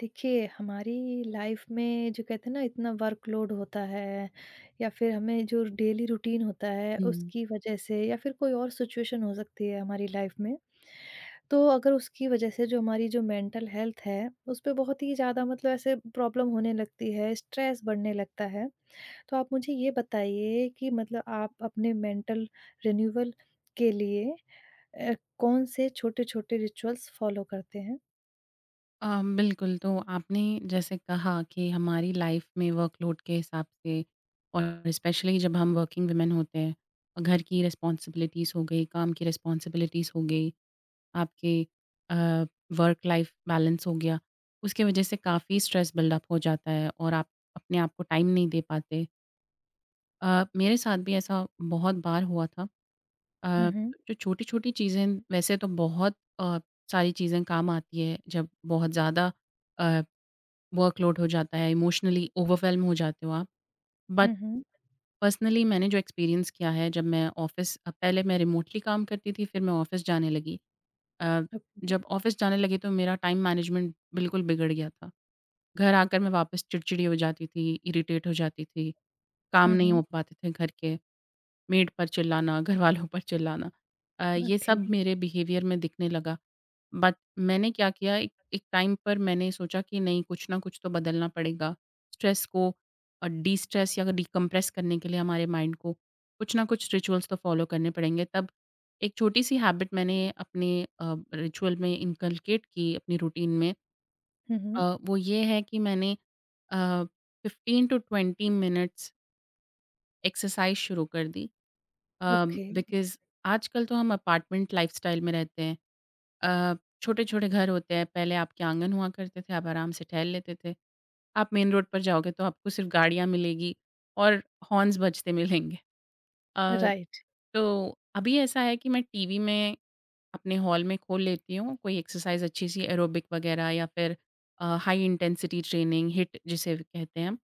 देखिए, हमारी लाइफ़ में जो कहते हैं ना इतना वर्कलोड होता है या फिर हमें जो डेली रूटीन होता है हुँ। उसकी वज़ह से या फिर कोई और सिचुएशन हो सकती है हमारी लाइफ़ में। तो अगर उसकी वज़ह से जो हमारी जो मेंटल हेल्थ है, उस पे बहुत ही ज़्यादा मतलब ऐसे प्रॉब्लम होने लगती है, स्ट्रेस बढ़ने लगता है। तो आप मुझे ये बताइए कि मतलब आप अपने मेंटल रिन्यूअल के लिए अ, कौन से छोटे-छोटे रिचुअल्स फ़ॉलो करते हैं? अ, बिल्कुल, तो आपने जैसे कहा कि हमारी लाइफ़ में वर्कलोड के हिसाब से और स्पेशली जब हम वर्किंग वुमेन होते हैं, और घर की रिस्पॉन्सिबिलिटीज़ हो गई, काम की रिस्पॉन्सिबिलिटीज़ हो गई, आपके अ, वर्क लाइफ़ बैलेंस हो गया, उसकी वजह से काफ़ी स्ट्रेस बिल्डअप हो जाता है और आप अपने आप को टाइम नहीं दे पाते। अ, मेरे साथ भी ऐसा बहुत बार हुआ था। हुँ, अ, हुँ। जो छोटी-छोटी चीज़ें वैसे तो बहुत सारी चीज़ें काम आती है, जब बहुत ज़्यादा अ वर्कलोड हो जाता है, इमोशनली ओवरवेल्म हो जाते हो आप। But hmm, hmm. पर्सनली मैंने जो एक्सपीरियंस किया है जब मैं पहले मैं रिमोटली काम करती थी फिर मैं ऑफ़िस जाने लगी। अ, ओके। जब ऑफ़िस जाने लगी तो मेरा टाइम मैनेजमेंट बिल्कुल बिगड़ गया था। घर आकर मैं वापस चिड़चिड़ी हो जाती थी, इरिटेट हो जाती थी, काम हुँ, नहीं हुँ, हो पाते थे घर के। मेड पर चिल्लाना, घरवालों पर चिल्लाना ये ओके। सब मेरे बिहेवियर में दिखने लगा। बट मैंने क्या किया एक एक टाइम पर मैंने सोचा कि नहीं कुछ ना कुछ तो बदलना पड़ेगा। स्ट्रेस को डिस्ट्रेस या डिकम्प्रेस करने के लिए हमारे माइंड को कुछ ना कुछ रिचुअल्स तो फॉलो करने पड़ेंगे। तब एक छोटी-सी हैबिट मैंने अपने अ, रिचुअल में इनकलकेट की अपनी रूटीन में। हुँ, हुँ, वो ये है कि मैंने अ, 15 टू 20 मिनट्स एक्सरसाइज़ शुरू कर दी। ओके, बिकॉज़ आजकल तो हम अपार्टमेंट लाइफ़स्टाइल में रहते हैं। अ, छोटे-छोटे घर होते हैं, पहले आपके आँगन हुआ करते थे, आप आराम से टहल लेते थे। आप मेन रोड पर जाओगे तो आपको सिर्फ़ गाड़ियाँ मिलेंगी और हॉर्न्स बजते मिलेंगे। अ, राइट। तो अभी ऐसा है कि मैं टीवी में अपने हॉल में खोल लेती हूँ, कोई एक्सरसाइज़ अच्छी सी एरोबिक वग़ैरह या फिर हाई इंटेंसिटी ट्रेनिंग हिट जिसे भी कहते हैं हम,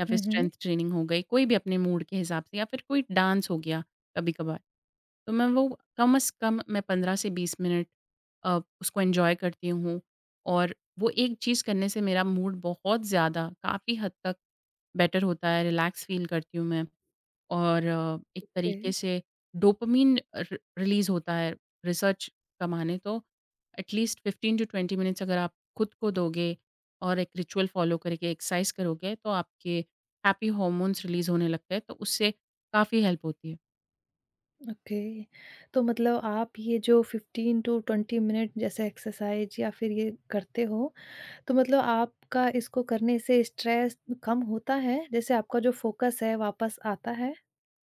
या फिर हुँ, हुँ, स्ट्रेंथ ट्रेनिंग हो गई, कोई भी अपने मूड के हिसाब से या फिर कोई डांस हो गया कभी-कभार। तो मैं वो कम से कम मैं 15 से 20 मिनट उसको एन्जॉय करती हूँ और वो एक चीज़ करने से मेरा मूड बहुत ज़्यादा काफ़ी हद तक बेटर होता है, रिलैक्स फ़ील करती हूँ मैं। और एक ओके, तरीके से डोपामिन र रिलीज़ होता है रिसर्च का माने तो एट लीस्ट 15 टू 20 मिनट्स अगर आप खुद को दोगे और एक रिचुअल फ़ॉलो करके एक्सरसाइज़ करोगे तो आपके हैप्पी हॉर्मोन्स रिलीज़ होने लगते हैं, तो उससे काफ़ी हेल्प होती है। ओके। तो मतलब आप ये जो 15 टू 20 मिनट जैसे एक्सरसाइज़ या फिर ये करते हो, तो मतलब आपका इसको करने से स्ट्रेस कम होता है? जैसे आपका जो फ़ोकस है वापस आता है?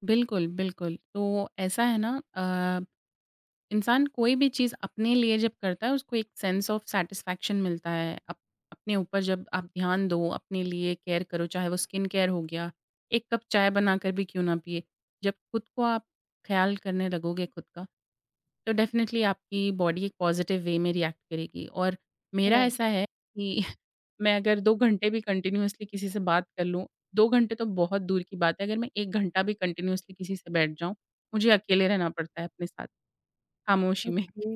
बिल्कुल, बिल्कुल। तो ऐसा है ना इंसान कोई भी चीज़ अपने लिए जब करता है उसको एक सेंस ऑफ सैटिस्फैक्शन मिलता है। अप अपने ऊपर जब आप ध्यान दो, अपने लिए केयर करो, चाहे वो स्किन केयर हो गया, एक कप चाय बनाकर भी क्यों ना पिए। जब खुद को आप ख़्याल करने लगोगे खुद का, तो डेफ़िनेटली आपकी बॉडी एक पॉज़िटिव वे में रिएक्ट करेगी और मेरा ऐसा राइट, है कि मैं अगर 2 घंटे भी कंटिन्यूअसली किसी से बात कर लूँ, 2 घंटे तो बहुत दूर की बात है, अगर मैं 1 घंटा भी कंटिन्यूअसली किसी से बैठ जाऊँ, मुझे अकेले रहना पड़ता है अपने साथ, खामोशी में। ओके।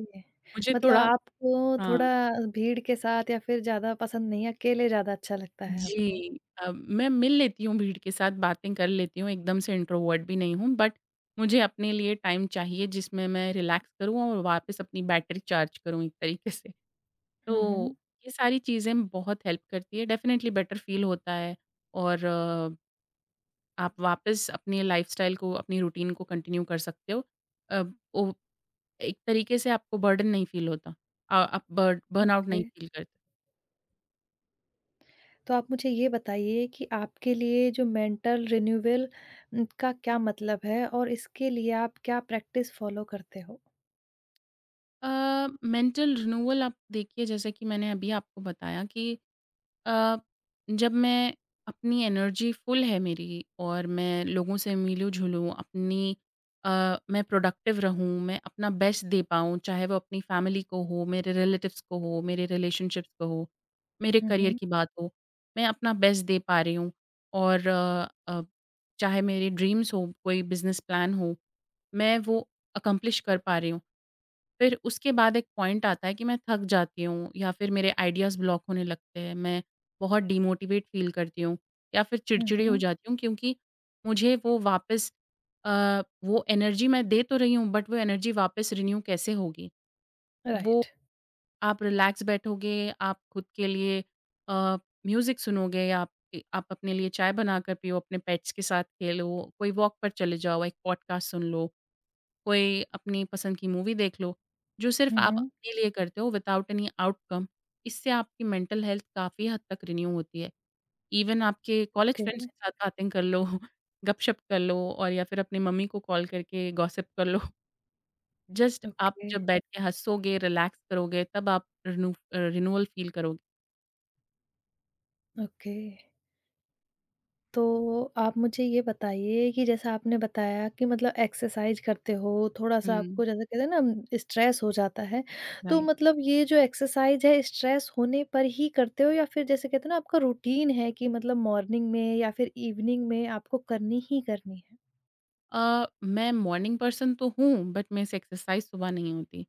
मुझे मतलब थोड़ा हुँ। आपको हाँ, थोड़ा भीड़ के साथ या फिर ज़्यादा पसंद नहीं है, अकेले ज़्यादा अच्छा लगता है आपको। जी। मैं मिल लेती हूँ भीड़ के साथ, बातें कर लेती हूँ, एकदम से इंट्रोवर्ट भी नहीं हूँ, बट मुझे अपने लिए टाइम चाहिए जिसमें मैं रिलैक्स करूँ और वापस अपनी बैटरी चार्ज करूँ एक तरीके से। हुँ, तो हुँ, ये सारी चीज़ें बहुत हेल्प करती है, डेफ़िनेटली बेटर फ़ील होता है और आप वापस अपने लाइफ़स्टाइल को, अपनी रूटीन को कंटिन्यू कर सकते हो। अ, ओ एक तरीके से आपको बर्डन नहीं फ़ील होता। आप बर्ड बर्नआउट ओके। नहीं फ़ील करते। तो आप मुझे ये बताइए कि आपके लिए जो मेंटल रिन्यूअल का क्या मतलब है और इसके लिए आप क्या प्रैक्टिस फॉलो करते हो? मेंटल रिन्यूअल आप देखिए जैसे कि मैंने अभी आपको बताया कि अ, जब मैं अपनी एनर्जी फुल है मेरी और मैं लोगों से मिलूँ जुलूँ अपनी अ, मैं प्रोडक्टिव रहूँ मैं अपना बेस्ट दे पाऊँ चाहे वो अपनी फैमिली को हो मेरे रिलेटिव्स को हो मेरे रिलेशनशिप्स को हो मेरे हुँ, करियर हुँ। की बात हो मैं अपना बेस्ट दे पा रही हूँ और चाहे मेरे ड्रीम्स हो कोई बिजनेस प्लान हो मैं वो अकम्प्लिश कर पा रही हूँ फिर उसके बाद एक पॉइंट आता है कि मैं थक जाती हूँ या फिर मेरे आइडियाज़ ब्लॉक होने लगते हैं। मैं बहुत डिमोटिवेट फ़ील करती हूँ या फिर हुँ, चिड़चिड़ी हो हुँ। जाती हूँ क्योंकि मुझे वो वापस वो एनर्जी मैं दे तो रही हूँ बट वो एनर्जी वापस रिन्यू कैसे होगी? वो राइट। आप रिलैक्स बैठोगे, आप खुद के लिए अ, म्यूज़िक सुनोगे या आप अपने लिए चाय बनाकर पियो, अपने पेट्स के साथ खेलो, कोई वॉक पर चले जाओ, एक पॉडकास्ट सुन लो। कोई अपनी पसंद की मूवी देख लो, जो सिर्फ़ हुँ, आप हुँ। अपने लिए करते हो विदाउट एनी आउटकम, इससे आपकी मेंटल हेल्थ काफ़ी हद तक रिन्यू होती है। इवन आपके कॉलेज ओके, फ्रेंड्स के साथ बातें कर लो, गपशप कर लो और या फिर अपनी मम्मी को कॉल करके गॉसिप कर लो। जस्ट आप ओके, जब बैठ के हँसोगे, रिलैक्स करोगे, तब आप रिन्यूअल फ़ील करोगे। ओके। तो आप मुझे ये बताइए कि जैसा आपने बताया कि मतलब एक्सरसाइज करते हो, थोड़ा-सा हुँ, आपको जैसे कहते हैं ना स्ट्रेस हो जाता है, तो राइट। मतलब ये जो एक्सरसाइज है स्ट्रेस होने पर ही करते हो या फिर जैसे कहते हैं ना आपका रूटीन है कि मतलब मॉर्निंग में या फिर इवनिंग में आपको करनी ही करनी है? मैं मॉर्निंग पर्सन तो हूँ, बट मेरे से एक्सरसाइज़ सुबह नहीं होती।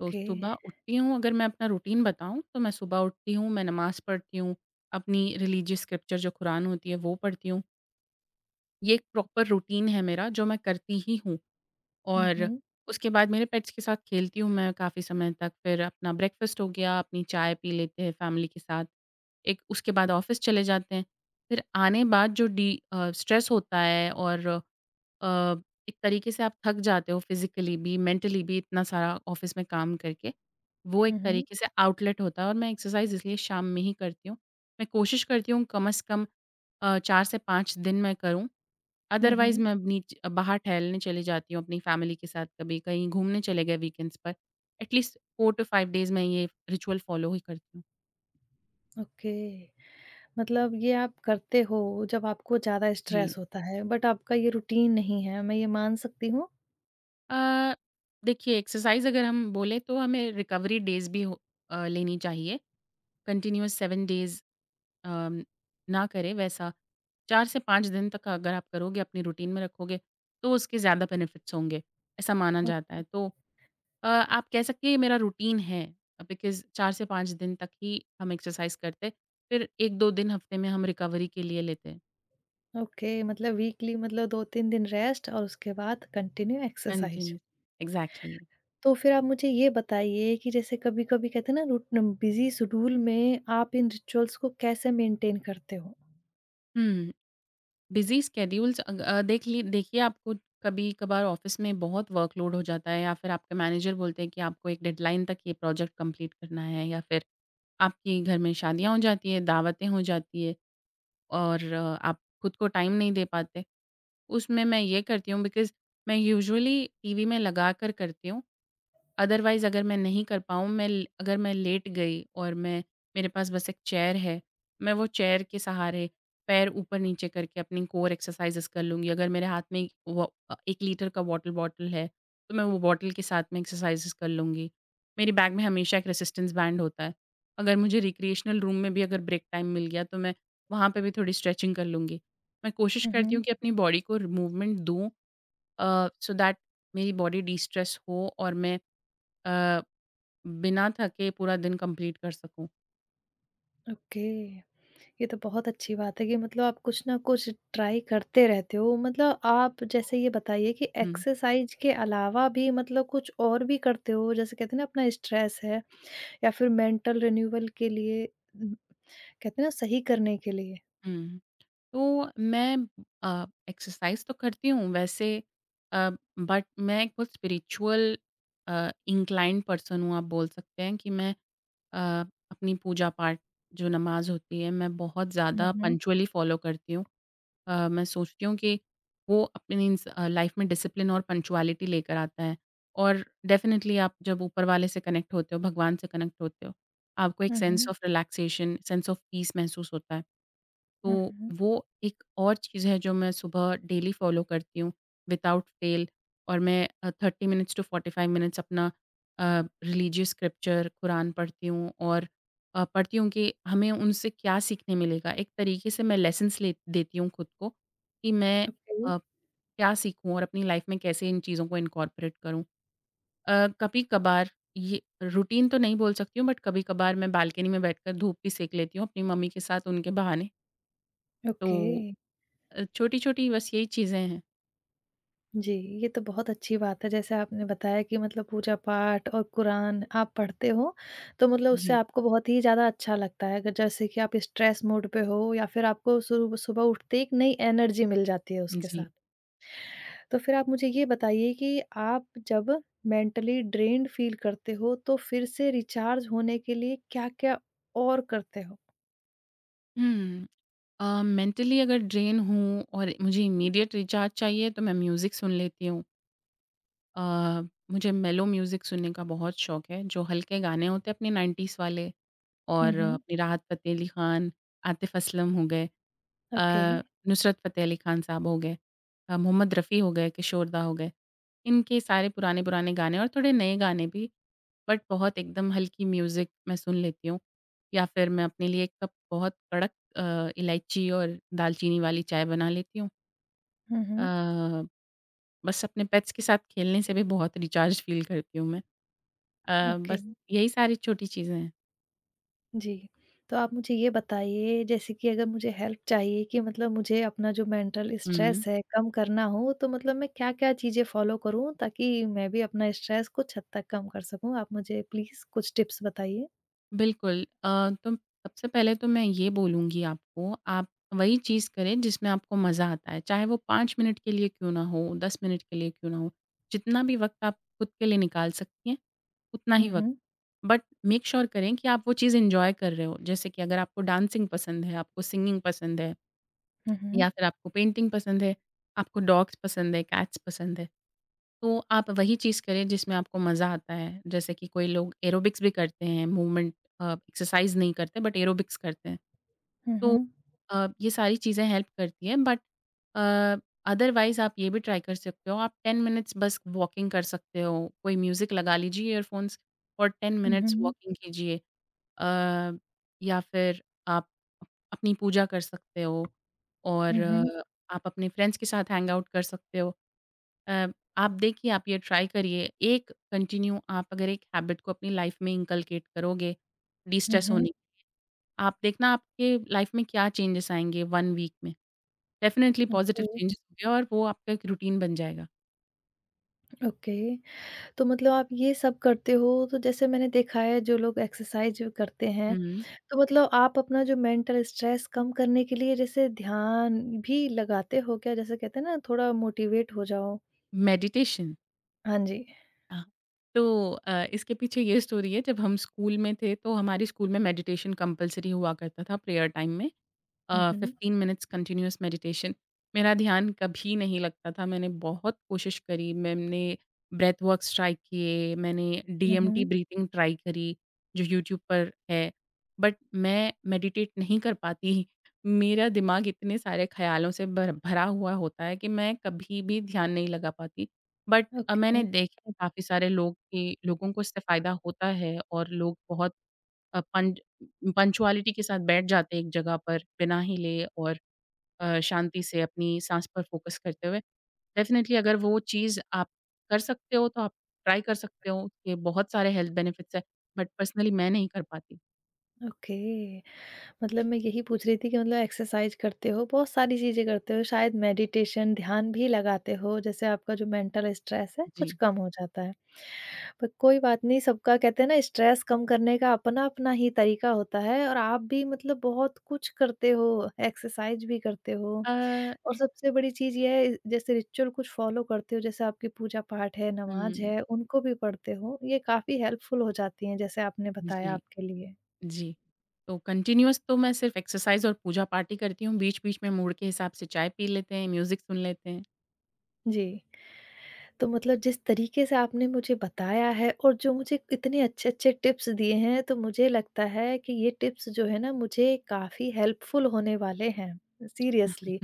तो सुबह उठती हूँ अगर मैं अपना रूटीन बताऊँ तो मैं सुबह उठती हूँ, मैं नमाज़ पढ़ती हूँ, अपनी रिलीजियस स्क्रिप्चर जो कुरान होती है वो पढ़ती हूँ। ये एक प्रॉपर रूटीन है मेरा जो मैं करती ही हूँ हुँ, और हुँ। उसके बाद मेरे पेट्स के साथ खेलती हूँ मैं काफ़ी समय तक, फिर अपना ब्रेकफ़ास्ट हो गया, अपनी चाय पी लेते हैं फ़ैमिली के साथ। एक उसके बाद ऑफ़िस चले जाते हैं, फिर आने बाद जो स्ट्रेस होता है और अ, एक तरीके से आप थक जाते हो फिज़िकली भी, मेंटली भी इतना सारा ऑफ़िस में काम करके। वो एक हुँ, हुँ। तरीके से आउटलेट होता है और मैं एक्सरसाइज़ इसलिए शाम में ही करती हूँ। मैं कोशिश करती हूँ कम से कम 4 से 5 दिन मैं करूँ। हुँ, अदरवाइज़ हुँ। मैं अपनी च बाहर टहलने चली जाती हूँ अपनी फ़ैमिली के साथ, कभी कहीं घूमने चले गए वीकेंड्स पर। एटलीस्ट 4 टू 5 डेज़ मैं ये रिचुअल फ़ॉलो ही करती हूँ। ओके, मतलब ये आप करते हो जब आपको ज़्यादा जी। स्ट्रेस होता है, बट आपका ये रूटीन नहीं है, मैं ये मान सकती हूँ? अ, देखिए एक्सरसाइज़ अगर हम बोलें तो हमें रिकवरी डेज़ भी लेनी चाहिए। कंटिन्यूअस 7 डेज़ अम, ना करें वैसा 4 से 5 दिन तक अगर आप करोगे, अपनी रूटीन में रखोगे, तो उसके ज़्यादा बेनिफिट्स होंगे, ऐसा माना जाता है। तो आप कह सकते हैं ये मेरा रूटीन है बिकॉज़ 4 से 5 दिन तक ही हम एक्सरसाइज़ करते हैं, फिर 1-2 दिन हफ्ते में हम रिकवरी के लिए लेते हैं, ओके मतलब वीकली मतलब 2-3 दिन रेस्ट और उसके बाद कंटिन्यू एक्सरसाइज। Continuous exactly. तो फिर आप मुझे ये बताइए कि जैसे कभी-कभी कहते हैं ना रूट बिज़ी शेड्यूल में आप इन रिचुअल्स को कैसे मेंटेन करते हो? हुँ, बिज़ी स्केड्यूल्स अग अ, देख ली देखिए आपको कभी-कभार ऑफ़िस में बहुत वर्कलोड हो जाता है या फिर आपके मैनेजर बोलते हैं कि आपको एक डेडलाइन तक ये प्रोजेक्ट कंप्लीट करना है या फिर आपकी घर में शादियाँ हो जाती है, दावतें हो जाती है और आप खुद को टाइम नहीं दे पाते। उसमें मैं ये करती हूँ बिकॉज़ मैं यूजुअली टीवी में लगा कर करती हूँ अदरवाइज़ अगर मैं नहीं कर पाऊँ, मैं ल अगर मैं लेट गई और मैं मेरे पास बस एक चेयर है, मैं वो चेयर के सहारे पैर ऊपर-नीचे करके अपनी कोर एक्सरसाइज़ेज़ कर लूँगी। अगर मेरे हाथ में वो 1 लीटर का वाटर बॉटल है, तो मैं वो बॉटल के साथ में एक्सरसाइज़ेज़ कर लूँगी। मेरी बैग में हमेशा एक रेज़िस्टेंस बैंड होता है। अगर मुझे रिक्रिएशनल रूम में भी अगर ब्रेक टाइम मिल गया, तो मैं वहाँ पे भी थोड़ी स्ट्रेचिंग कर लूँगी। मैं कोशिश हुँ, करती हूँ हुँ। कि अपनी बॉडी को मूवमेंट दूँ सो दैट मेरी बॉडी डिस्ट्रेस हो और मैं अ बिना थके पूरा दिन कंप्लीट कर सकूँ। ओके, ये तो बहुत अच्छी बात है कि मतलब आप कुछ ना कुछ ट्राई करते रहते हो। मतलब आप जैसे ये बताइए कि हुँ, एक्सरसाइज के अलावा भी मतलब कुछ और भी करते हो? जैसे कहते हैं ना अपना स्ट्रेस है या फिर मेंटल रिन्यूअल के लिए उम, कहते हैं ना सही करने के लिए? हुँ। तो मैं एक्सरसाइज़ तो करती हूँ वैसे अ, बट मैं कुछ स्पिरिचुअल इंक्लाइंड पर्सन हूँ आप बोल सकते हैं कि मैं अ, अपनी पूजा-पाठ जो नमाज़ होती है मैं बहुत हुँ, ज़्यादा हुँ। पंक्चुअली फॉलो करती हूँ। मैं सोचती हूँ कि वो अपनी लाइफ में डिसिप्लिन और पंक्चुअलिटी लेकर आता है। और डेफ़िनेटली आप जब ऊपर वाले से कनेक्ट होते हो, भगवान से कनेक्ट होते हो, आपको एक हुँ, सेंस हुँ। Of relaxation, sense of peace महसूस होता है। हुँ, तो हुँ। वो एक और चीज़ है जो मैं सुबह डेली फ़ॉलो करती हूँ विदाउट फेल और मैं 30 मिनट्स टू 45 मिनट्स अपना रिलीजियस स्क्रिप्चर कुरान पढ़ती हूँ और पढ़ती हूँ कि हमें उनसे क्या सीखने मिलेगा। एक तरीके से मैं लेसन्स ले देती हूँ खुद को कि मैं ओके। अ, क्या सीखूँ और अपनी लाइफ़ में कैसे इन चीज़ों को इनकॉर्पोरेट करूँ। कभी-कभार ये रूटीन तो नहीं बोल सकती हूँ बट कभी-कभार मैं बालकनी में बैठकर धूप भी सेंक लेती हूँ अपनी मम्मी के साथ उनके बहाने। तो ओके। छोटी-छोटी बस यही चीज़ें हैं। जी, ये तो बहुत अच्छी बात है जैसे आपने बताया कि मतलब पूजा-पाठ और कुरान आप पढ़ते हो, तो मतलब उससे जी, आपको बहुत ही ज़्यादा अच्छा लगता है अगर जैसे कि आप स्ट्रेस मोड पे हो या फिर आपको सुब सुबह उठते ही एक नई एनर्जी मिल जाती है उसके जी। साथ। तो फिर आप मुझे ये बताइए कि आप जब मेंटली ड्रेन्ड फील करते हो तो फिर से रिचार्ज होने के लिए क्या-क्या और करते हो? हुँ। मेंटली अगर ड्रेन हूँ और मुझे इमीडिएट रिचार्ज चाहिए तो मैं म्यूज़िक सुन लेती हूँ। अ, मुझे मेलो म्यूज़िक सुनने का बहुत शौक है, जो हल्के गाने होते हैं अपने 90s वाले हुँ, और हुँ। अपने राहत फ़तेह अली खान, आतिफ़ असलम हो गए, ओके। अ, नुसरत फ़तेह अली खान साहब हो गए, मोहम्मद रफ़ी हो गए, किशोरदा हो गए। इनके सारे पुराने-पुराने गाने और थोड़े नए गाने भी, बट बहुत एकदम हल्की म्यूज़िक मैं सुन लेती हूँ। या फिर मैं अपने लिए एक कप बहुत कड़क इलायची और दालचीनी वाली चाय बना लेती हूँ। हुँ, अ, हुँ। बस अपने पेट्स के साथ खेलने से भी बहुत रिचार्ज फ़ील करती हूँ मैं। ओके। बस यही सारी छोटी चीज़ें हैं। जी। तो आप मुझे ये बताइए जैसे कि अगर मुझे हेल्प चाहिए कि मतलब मुझे अपना जो मेंटल स्ट्रेस हुँ। है कम करना हो तो मतलब मैं क्या-क्या चीज़ें फ़ॉलो करूँ ताकि मैं भी अपना स्ट्रेस कुछ हद तक कम कर सकूँ? आप मुझे प्लीज़ कुछ टिप्स बताइए। बिल्कुल। तो सबसे पहले तो मैं ये बोलूँगी आपको, आप वही चीज़ करें जिसमें आपको मज़ा आता है। चाहे वो 5 मिनट के लिए क्यों ना हो, 10 मिनट के लिए क्यों ना हो। जितना भी वक़्त आप खुद के लिए निकाल सकती हैं, उतना ही हुँ, वक़्त। हुँ। बट मेक श्योर करें कि आप वो चीज़ एन्जॉय कर रहे हो। जैसे कि अगर आपको डांसिंग पसंद है, आपको सिंगिंग पसंद है हुँ, हुँ। या फिर आपको पेंटिंग पसंद है, आपको डॉग्स पसंद है, कैट्स पसंद है। तो आप वही चीज़ करें जिसमें आपको मज़ा आता है। जैसे कि कोई लोग एरोबिक्स भी करते हैं, मूवमेंट एक्सरसाइज़ नहीं करते बट एरोबिक्स करते हैं। हुँ, तो हुँ। ये सारी चीज़ें हेल्प करती हैं बट अ, अदरवाइज़ आप ये भी ट्राई कर सकते हो, आप 10 मिनट्स बस वॉकिंग कर सकते हो। कोई म्यूज़िक लगा लीजिए ईयरफ़ोन्स और 10 हुँ, मिनट्स हुँ। वॉकिंग कीजिए। अ, या फिर आप अपनी पूजा कर सकते हो और हुँ, हुँ। आप अपने फ्रेंड्स के साथ हैंग आउट कर सकते हो। अ, आप देखिए, आप ये ट्राई करिए। एक कंटिन्यू आप अगर एक हैबिट को अपनी लाइफ़ में इनकलकेट करोगे, हुँ, डिस्ट्रेस हुँ। होने की, आप देखना आपके लाइफ़ में क्या चेंजेस आएँगे 1 वीक में। Definitely positive okay. चेंजेस होंगे और वो आपका एक रूटीन बन जाएगा। ओके। तो मतलब आप ये सब करते हो, तो जैसे मैंने देखा है जो लोग एक्सरसाइज़ करते हैं, हुँ। तो मतलब आप अपना जो मेंटल स्ट्रेस कम करने के लिए जैसे ध्यान भी लगाते हो क्या? जैसे कहते हैं ना थोड़ा मोटिवेट हो जाओ? मेडिटेशन हाँ जी। अ, इसके पीछे ये स्टोरी है जब हम स्कूल में थे तो हमारे स्कूल में मेडिटेशन कंपल्सरी हुआ करता था प्रेयर टाइम में। हुँ, हुँ। 15 मिनट्स कंटिन्यूअस मेडिटेशन। मेरा ध्यान कभी नहीं लगता था, मैंने बहुत कोशिश करी, मैंने ब्रेथ वर्क्स ट्राई किए, मैंने हुँ, डीएमटी हुँ। ब्रीथिंग ट्राई करी, जो यूट्यूब पर है, बट मैं मेडिटेट नहीं कर पाती। मेरा दिमाग इतने सारे ख़्यालों से भर भरा हुआ होता है कि मैं कभी भी ध्यान नहीं लगा पाती। बट ओके, मैंने देखा है काफ़ी सारे लोग कि लोगों को इससे फ़ायदा होता है और लोग बहुत अ, पं पंक्चुअलिटी के साथ बैठ जाते हैं एक जगह पर बिना हिले और शांति से अपनी साँस पर फ़ोकस करते हुए। डेफ़िनिटली अगर वो चीज़ आप कर सकते हो तो आप ट्राई कर सकते हो, ये बहुत सारे हेल्थ बेनिफिट्स हैं, बट पर्सनली मैं नहीं कर पाती। ओके। मतलब मैं यही पूछ रही थी कि मतलब एक्सरसाइज करते हो, बहुत सारी चीज़ें करते हो, शायद मेडिटेशन, ध्यान भी लगाते हो, जैसे आपका जो मेंटल स्ट्रेस है, कुछ जी। कम हो जाता है। पर कोई बात नहीं, सबका कहते हैं ना स्ट्रेस कम करने का अपना-अपना ही तरीका होता है और आप भी मतलब बहुत कुछ करते हो, एक्सरसाइज भी करते हो अ, और सबसे बड़ी चीज़ ये है जैसे रिचुअल कुछ फॉलो करते हो, जैसे आपकी पूजा-पाठ है, नमाज़ हुँ, है, उनको भी पढ़ते हो, ये काफ़ी हेल्पफुल हो जाती हैं, जैसे आपने बताया जी, आपके लिए। जी। तो कंटीन्यूअस तो मैं सिर्फ़ एक्सरसाइज़ और पूजा-पाठ ही करती हूँ, बीच-बीच में मूड के हिसाब से चाय पी लेते हैं, म्यूज़िक सुन लेते हैं। जी। तो मतलब जिस तरीके से आपने मुझे बताया है और जो मुझे इतने अच्छे-अच्छे टिप्स दिए हैं, तो मुझे लगता है कि ये टिप्स जो है ना मुझे काफ़ी हेल्पफुल होने वाले हैं। सीरियसली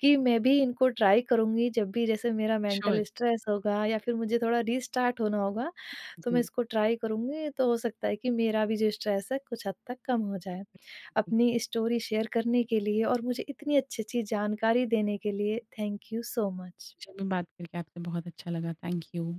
कि मैं भी इनको ट्राई करूँगी जब भी जैसे मेरा श्योर, मेंटल स्ट्रेस होगा या फिर मुझे थोड़ा रीस्टार्ट होना होगा, तो मैं जी। इसको ट्राई करूँगी तो हो सकता है कि मेरा भी जो स्ट्रेस है कुछ हद तक कम हो जाए। जी। अपनी स्टोरी शेयर करने के लिए और मुझे इतनी अच्छी-अच्छी जानकारी देने के लिए थैंक यू सो मच। मुझे भी बात करके आपसे बहुत अच्छा लगा, थैंक यू।